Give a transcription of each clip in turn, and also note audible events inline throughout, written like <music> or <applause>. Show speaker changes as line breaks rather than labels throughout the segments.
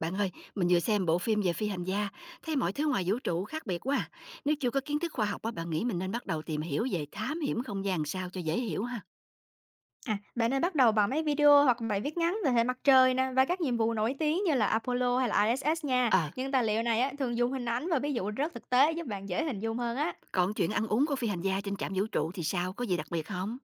Bạn ơi, mình vừa xem bộ phim về phi hành gia, thấy mọi thứ ngoài vũ trụ khác biệt quá. À. Nếu chưa có kiến thức khoa học á, bạn nghĩ mình nên bắt đầu tìm hiểu về thám hiểm không gian sao cho dễ hiểu ha?
À, bạn nên bắt đầu bằng mấy video hoặc bài viết ngắn về hệ mặt trời nè và các nhiệm vụ nổi tiếng như là Apollo hay là ISS nha.
Ờ,
Những tài liệu này á, thường dùng hình ảnh và ví dụ rất thực tế giúp bạn dễ hình dung hơn á.
còn chuyện ăn uống của phi hành gia trên trạm vũ trụ thì sao? Có gì đặc biệt không?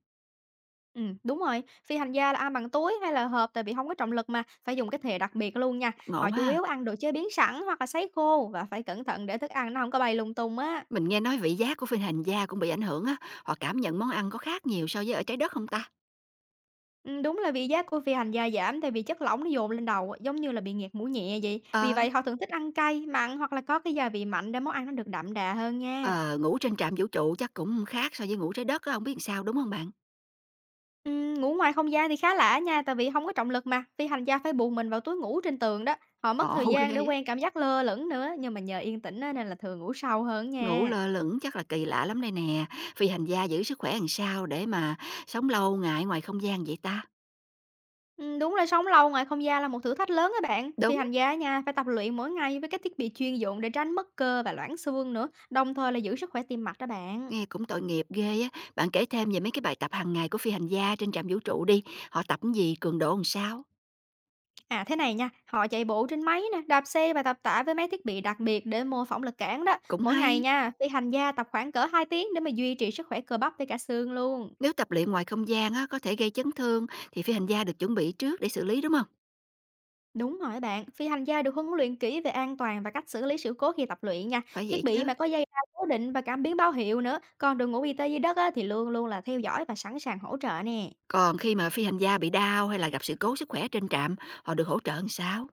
Ừ, đúng rồi, phi hành gia là ăn bằng túi hay là hộp tại vì không có trọng lực mà, phải dùng cái thìa đặc biệt luôn nha.
Ngộ
Họ chủ
ha.
yếu ăn đồ chế biến sẵn hoặc là sấy khô và phải cẩn thận để thức ăn nó không có bay lung tung á.
Mình nghe nói vị giác của phi hành gia cũng bị ảnh hưởng á, họ cảm nhận món ăn có khác nhiều so với ở trái đất không ta?
Ừ, đúng là vị giác của phi hành gia giảm tại vì chất lỏng nó dồn lên đầu giống như là bị nghẹt mũi nhẹ vậy. Vì
Ờ,
vậy họ thường thích ăn cay, mặn hoặc là có cái gia vị mạnh để món ăn nó được đậm đà hơn nha.
ờ, ngủ trên trạm vũ trụ chắc cũng khác so với ngủ trái đất á, không biết làm sao đúng không bạn?
Ngủ ngoài không gian thì khá lạ nha, tại vì hông có trọng lực mà, phi hành gia phải buộc mình vào túi ngủ trên tường đó, họ mất thời
Ngộ <laughs>
gian
ghê
để
á.
quen cảm giác lơ lửng nữa, nhưng mà nhờ yên tĩnh á nên là thường ngủ sâu hơn á
Ngủ
nha.
lơ lửng chắc là kỳ lạ lắm đây nè, phi hành gia giữ sức khỏe làm sao để mà sống lâu ngày ngoài không gian vậy ta?
Đúng là sống lâu ngoài không gian là một thử thách lớn á bạn, phi
Đúng,
hành gia á nha phải tập luyện mỗi ngày với các thiết bị chuyên dụng để tránh mất cơ và loãng xương nữa, đồng thời là giữ sức khỏe tim mạch đó bạn.
nghe cũng tội nghiệp ghê á. Bạn kể thêm về mấy cái bài tập hàng ngày của phi hành gia trên trạm vũ trụ đi, họ tập cái gì, cường độ làm sao?
À, thế này nha, họ chạy bộ trên máy nè, đạp xe và tập tạ với mấy thiết bị đặc biệt để mô phỏng lực cản đó.
Cũng
Mỗi ngày
hay.
nha, phi hành gia tập khoảng cỡ 2 tiếng để mà duy trì sức khỏe cơ bắp với cả xương luôn.
Nếu tập luyện ngoài không gian á có thể gây chấn thương thì phi hành gia được chuẩn bị trước để xử lý đúng không?
Đúng rồi bạn, phi hành gia được huấn luyện kỹ về an toàn và cách xử lý sự cố khi tập luyện nha.
Phải vậy
Thiết bị
chứ.
mà có dây đai cố định và cảm biến báo hiệu nữa. Còn đội ngũ y tế dưới đất á, thì luôn luôn là theo dõi và sẵn sàng hỗ trợ nè.
Còn khi mà phi hành gia bị đau hay là gặp sự cố sức khỏe trên trạm, họ được hỗ trợ làm sao?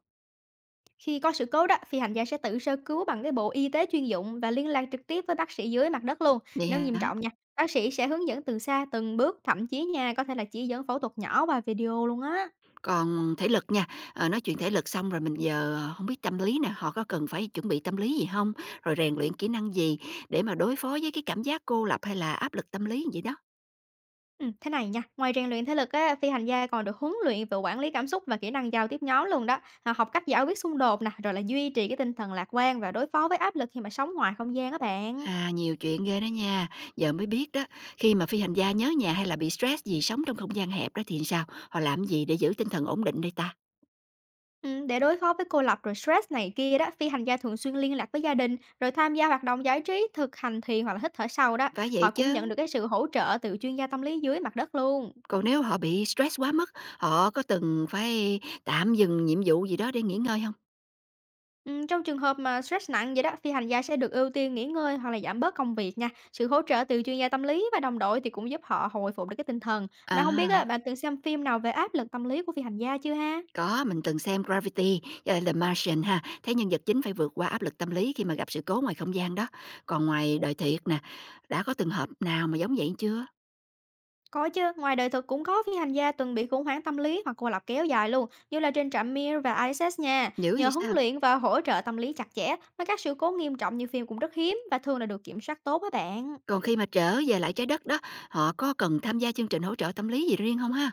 Khi có sự cố đó, phi hành gia sẽ tự sơ cứu bằng cái bộ y tế chuyên dụng và liên lạc trực tiếp với bác sĩ dưới mặt đất luôn.
Vậy
Nếu nghiêm
hả?
trọng nha, bác sĩ sẽ hướng dẫn từ xa từng bước, thậm chí nha có thể là chỉ dẫn phẫu thuật nhỏ qua video luôn á.
Còn thể lực nha, nói chuyện thể lực xong rồi mình giờ không biết tâm lý nè, họ có cần phải chuẩn bị tâm lý gì không? Rồi rèn luyện kỹ năng gì để mà đối phó với cái cảm giác cô lập hay là áp lực tâm lý vậy đó?
Thế này nha, ngoài rèn luyện thể lực á, phi hành gia còn được huấn luyện về quản lý cảm xúc và kỹ năng giao tiếp nhóm luôn đó. À, học cách giải quyết xung đột nè, rồi là duy trì cái tinh thần lạc quan và đối phó với áp lực khi mà sống ngoài không gian các bạn.
À, nhiều chuyện ghê đó nha, giờ mới biết đó. Khi mà phi hành gia nhớ nhà hay là bị stress gì sống trong không gian hẹp đó thì sao? Họ làm gì để giữ tinh thần ổn định đây ta?
Để đối phó với cô lập rồi stress này kia đó, phi hành gia thường xuyên liên lạc với gia đình, rồi tham gia hoạt động giải trí, thực hành thiền hoặc là hít thở sâu đó.
Phải vậy
Họ cũng nhận
chứ.
được cái sự hỗ trợ từ chuyên gia tâm lý dưới mặt đất luôn.
Còn nếu họ bị stress quá mức, họ có từng phải tạm dừng nhiệm vụ gì đó để nghỉ ngơi không?
Trong trường hợp mà stress nặng vậy đó, thì hành giả sẽ được ưu tiên nghỉ ngơi hoặc là giảm bớt công việc nha. Sự hỗ trợ từ chuyên gia tâm lý và đồng đội thì cũng giúp họ hồi phục được cái tinh thần. Mà không biết
À.
á, bạn từng xem phim nào về áp lực tâm lý của phi hành gia chưa ha?
Có, mình từng xem Gravity, The Martian ha, thấy nhân vật chính phải vượt qua áp lực tâm lý khi mà gặp sự cố ngoài không gian đó. Còn ngoài đời thiệt nè, đã có từng hợp nào mà giống vậy chưa?
Có chứ, ngoài đời thực cũng có phi hành gia từng bị khủng hoảng tâm lý hoặc cô lập kéo dài luôn, như là trên trạm Mir và ISS nha.
Dữ
Nhờ
vậy
huấn
sao?
luyện và hỗ trợ tâm lý chặt chẽ mà các sự cố nghiêm trọng như phim cũng rất hiếm và thường là được kiểm soát tốt á bạn.
Còn khi mà trở về lại trái đất đó, họ có cần tham gia chương trình hỗ trợ tâm lý gì riêng không ha?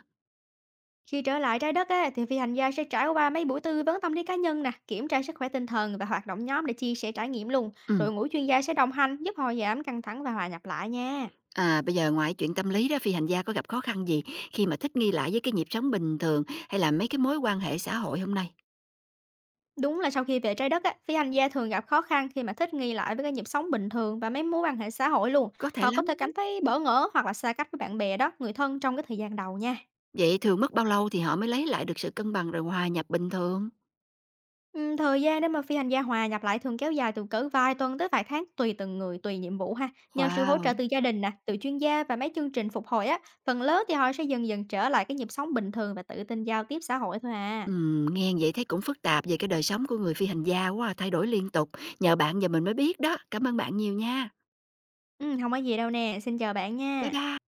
Khi trở lại trái đất á, thì phi hành gia sẽ trải qua mấy buổi tư vấn tâm lý cá nhân nè, kiểm tra sức khỏe tinh thần và hoạt động nhóm để chia sẻ trải nghiệm luôn.
Ừ.
Đội ngũ chuyên gia sẽ đồng hành giúp họ giảm căng thẳng và hòa nhập lại nha.
À, bây giờ ngoài chuyện tâm lý đó, phi hành gia có gặp khó khăn gì khi mà thích nghi lại với cái nhịp sống bình thường hay là mấy cái mối quan hệ xã hội hôm nay?
Đúng là sau khi về trái đất á, phi hành gia thường gặp khó khăn khi mà thích nghi lại với cái nhịp sống bình thường và mấy mối quan hệ xã hội luôn.
Có thể
Họ có thể
lắm.
cảm thấy bỡ ngỡ hoặc là xa cách với bạn bè đó, người thân trong cái thời gian đầu nha.
Vậy thường mất bao lâu thì họ mới lấy lại được sự cân bằng rồi hòa nhập bình thường?
Thời gian để mà phi hành gia hòa nhập lại thường kéo dài từ cỡ vài tuần tới vài tháng tùy từng người, tùy nhiệm vụ ha. Nhờ sự hỗ trợ
Wow!
từ gia đình nè, từ chuyên gia và mấy chương trình phục hồi á, phần lớn thì họ sẽ dần dần trở lại cái nhịp sống bình thường và tự tin giao tiếp xã hội thôi à.
Nghe vậy thấy cũng phức tạp về cái đời sống của người phi hành gia quá à, thay đổi liên tục. Nhờ bạn giờ mình mới biết đó. Cảm ơn bạn nhiều nha.
Hông có gì đâu nè, xin chào bạn
Bye
nha.
bye.